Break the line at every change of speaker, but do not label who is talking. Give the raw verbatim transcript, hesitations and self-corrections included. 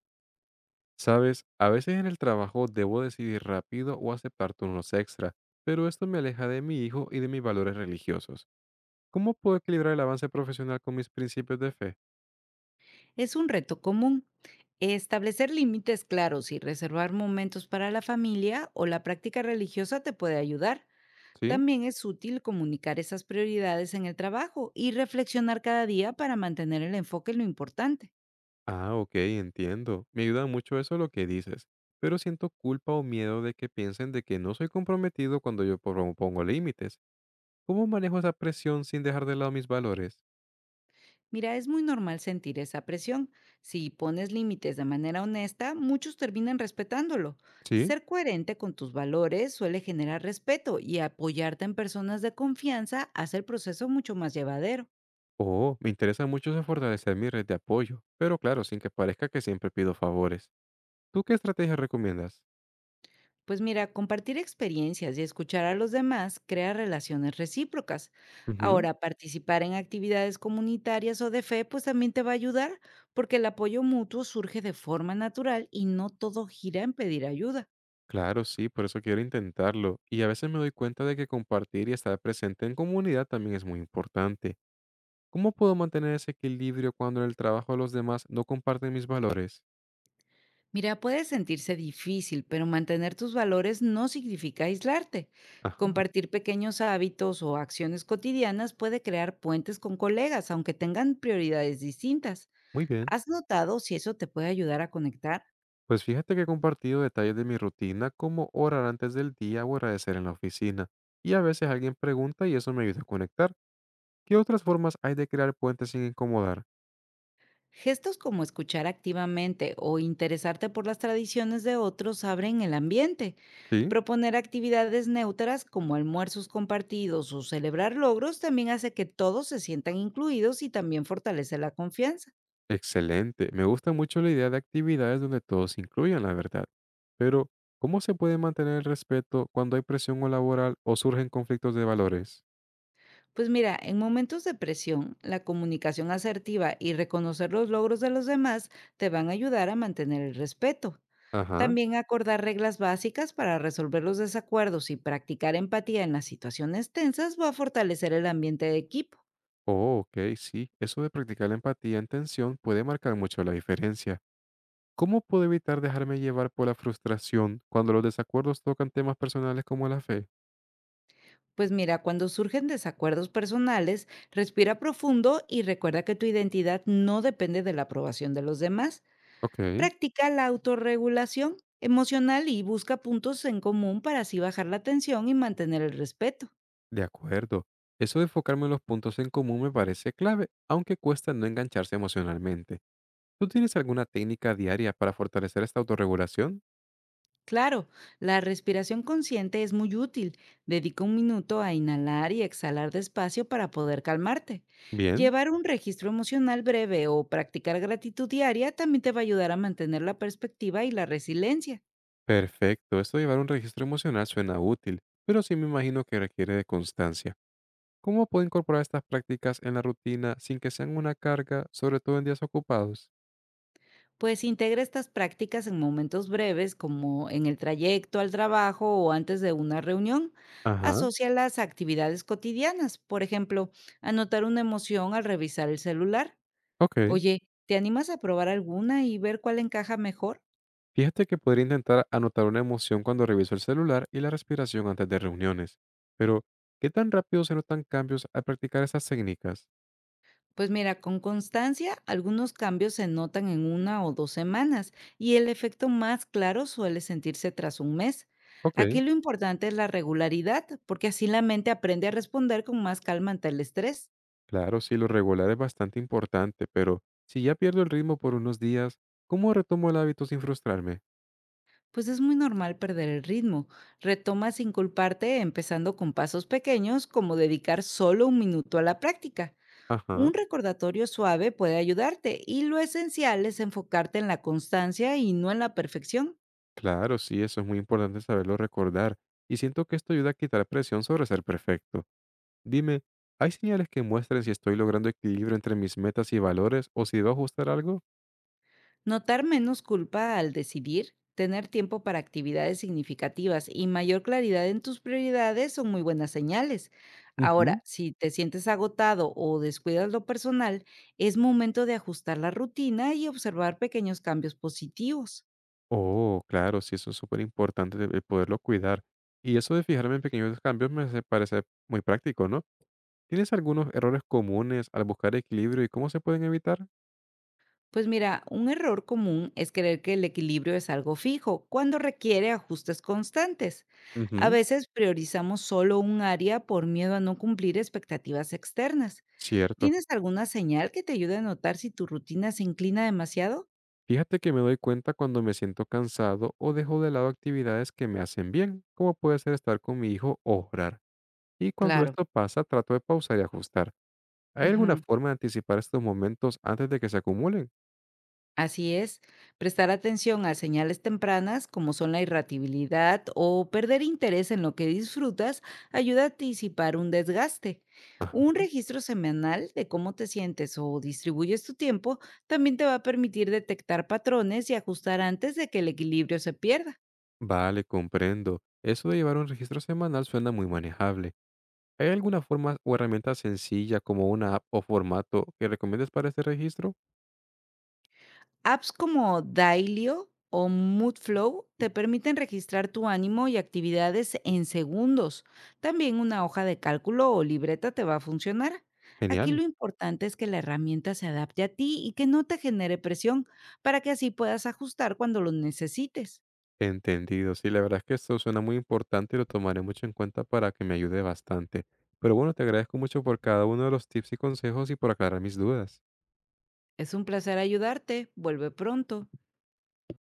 Sabes, a veces en el trabajo debo decidir rápido o aceptar turnos extra, pero esto me aleja de mi hijo y de mis valores religiosos. ¿Cómo puedo equilibrar el avance profesional con mis principios de fe?
Es un reto común. Establecer límites claros y reservar momentos para la familia o la práctica religiosa te puede ayudar.
¿Sí?
También es útil comunicar esas prioridades en el trabajo y reflexionar cada día para mantener el enfoque en lo importante.
Ah, ok, entiendo. Me ayuda mucho eso lo que dices, pero siento culpa o miedo de que piensen de que no soy comprometido cuando yo propongo límites. ¿Cómo manejo esa presión sin dejar de lado mis valores?
Mira, es muy normal sentir esa presión. Si pones límites de manera honesta, muchos terminan respetándolo.
¿Sí?
Ser coherente con tus valores suele generar respeto y apoyarte en personas de confianza hace el proceso mucho más llevadero.
Oh, me interesa mucho eso fortalecer mi red de apoyo, pero claro, sin que parezca que siempre pido favores. ¿Tú qué estrategia recomiendas?
Pues mira, compartir experiencias y escuchar a los demás crea relaciones recíprocas.
Ujú.
Ahora, participar en actividades comunitarias o de fe, pues también te va a ayudar, porque el apoyo mutuo surge de forma natural y no todo gira en pedir ayuda.
Claro, sí, por eso quiero intentarlo. Y a veces me doy cuenta de que compartir y estar presente en comunidad también es muy importante. ¿Cómo puedo mantener ese equilibrio cuando en el trabajo de los demás no comparten mis valores?
Mira, puede sentirse difícil, pero mantener tus valores no significa aislarte.
Ajá,
Compartir pequeños hábitos o acciones cotidianas puede crear puentes con colegas, aunque tengan prioridades distintas.
muy bien.
¿Has notado si eso te puede ayudar a conectar?
Pues fíjate que he compartido detalles de mi rutina, como orar antes del día o agradecer en la oficina. Y a veces alguien pregunta y eso me ayuda a conectar. ¿Qué otras formas hay de crear puentes sin incomodar?
Gestos como escuchar activamente o interesarte por las tradiciones de otros abren el ambiente.
Sí.
Proponer actividades neutras como almuerzos compartidos o celebrar logros también hace que todos se sientan incluidos y también fortalece la confianza.
Excelente. Me gusta mucho la idea de actividades donde todos se incluyan, la verdad. Pero, ¿cómo se puede mantener el respeto cuando hay presión o laboral o surgen conflictos de valores?
Pues mira, en momentos de presión, la comunicación asertiva y reconocer los logros de los demás te van a ayudar a mantener el respeto.
Ajá.
También acordar reglas básicas para resolver los desacuerdos y practicar empatía en las situaciones tensas va a fortalecer el ambiente de equipo.
Oh, ok, sí. Eso de practicar la empatía en tensión puede marcar mucho la diferencia. ¿Cómo puedo evitar dejarme llevar por la frustración cuando los desacuerdos tocan temas personales como la fe?
Pues mira, cuando surgen desacuerdos personales, respira profundo y recuerda que tu identidad no depende de la aprobación de los demás.
Ok,
Practica la autorregulación emocional y busca puntos en común para así bajar la tensión y mantener el respeto.
de acuerdo. Eso de enfocarme en los puntos en común me parece clave, aunque cuesta no engancharse emocionalmente. ¿Tú tienes alguna técnica diaria para fortalecer esta autorregulación?
Claro, la respiración consciente es muy útil. Dedica un minuto a inhalar y exhalar despacio para poder calmarte.
Bien,
Llevar un registro emocional breve o practicar gratitud diaria también te va a ayudar a mantener la perspectiva y la resiliencia.
perfecto. Esto de llevar un registro emocional suena útil, pero sí me imagino que requiere de constancia. ¿Cómo puedo incorporar estas prácticas en la rutina sin que sean una carga, sobre todo en días ocupados?
Pues integra estas prácticas en momentos breves como en el trayecto al trabajo o antes de una reunión.
Ajá,
Asocia las actividades cotidianas, por ejemplo, anotar una emoción al revisar el celular.
ok.
Oye, ¿te animas a probar alguna y ver cuál encaja mejor?
Fíjate que podría intentar anotar una emoción cuando reviso el celular y la respiración antes de reuniones. Pero, ¿qué tan rápido se notan cambios al practicar estas técnicas?
Pues mira, con constancia algunos cambios se notan en una o dos semanas y el efecto más claro suele sentirse tras un mes.
Ok.
Aquí lo importante es la regularidad, porque así la mente aprende a responder con más calma ante el estrés.
Claro, sí, lo regular es bastante importante, pero si ya pierdo el ritmo por unos días, ¿cómo retomo el hábito sin frustrarme?
Pues es muy normal perder el ritmo. Retoma sin culparte, empezando con pasos pequeños, como dedicar solo un minuto a la práctica.
Ajá,
Un recordatorio suave puede ayudarte y lo esencial es enfocarte en la constancia y no en la perfección.
claro, sí, eso es muy importante saberlo recordar, y siento que esto ayuda a quitar presión sobre ser perfecto. Dime, ¿hay señales que muestren si estoy logrando equilibrio entre mis metas y valores o si debo ajustar algo?
Notar menos culpa al decidir, tener tiempo para actividades significativas y mayor claridad en tus prioridades son muy buenas señales. Ahora,
Ujú.
si te sientes agotado o descuidas lo personal, es momento de ajustar la rutina y observar pequeños cambios positivos.
Oh, claro, sí, eso es súper importante de- el poderlo cuidar. Y eso de fijarme en pequeños cambios me hace- parece muy práctico, ¿no? ¿Tienes algunos errores comunes al buscar equilibrio y cómo se pueden evitar?
Pues mira, un error común es creer que el equilibrio es algo fijo, cuando requiere ajustes constantes. A
Ujú,
veces priorizamos solo un área por miedo a no cumplir expectativas externas.
cierto.
¿Tienes alguna señal que te ayude a notar si tu rutina se inclina demasiado?
Fíjate que me doy cuenta cuando me siento cansado o dejo de lado actividades que me hacen bien, como puede ser estar con mi hijo o orar. Y cuando
Claro.
esto pasa, trato de pausar y ajustar. ¿Hay alguna
Ujú.
forma de anticipar estos momentos antes de que se acumulen?
Así es, prestar atención a señales tempranas como son la irritabilidad o perder interés en lo que disfrutas ayuda a anticipar un desgaste. Un registro semanal de cómo te sientes o distribuyes tu tiempo también te va a permitir detectar patrones y ajustar antes de que el equilibrio se pierda.
Vale, comprendo. Eso de llevar un registro semanal suena muy manejable. ¿Hay alguna forma o herramienta sencilla como una app o formato que recomiendes para este registro?
Apps como Dailyo o Moodflow te permiten registrar tu ánimo y actividades en segundos. También una hoja de cálculo o libreta te va a funcionar. Aquí lo
Genial.
importante es que la herramienta se adapte a ti y que no te genere presión para que así puedas ajustar cuando lo necesites.
Entendido. Sí, la verdad es que esto suena muy importante y lo tomaré mucho en cuenta para que me ayude bastante. Pero bueno, te agradezco mucho por cada uno de los tips y consejos y por aclarar mis dudas.
Es un placer ayudarte. Vuelve pronto.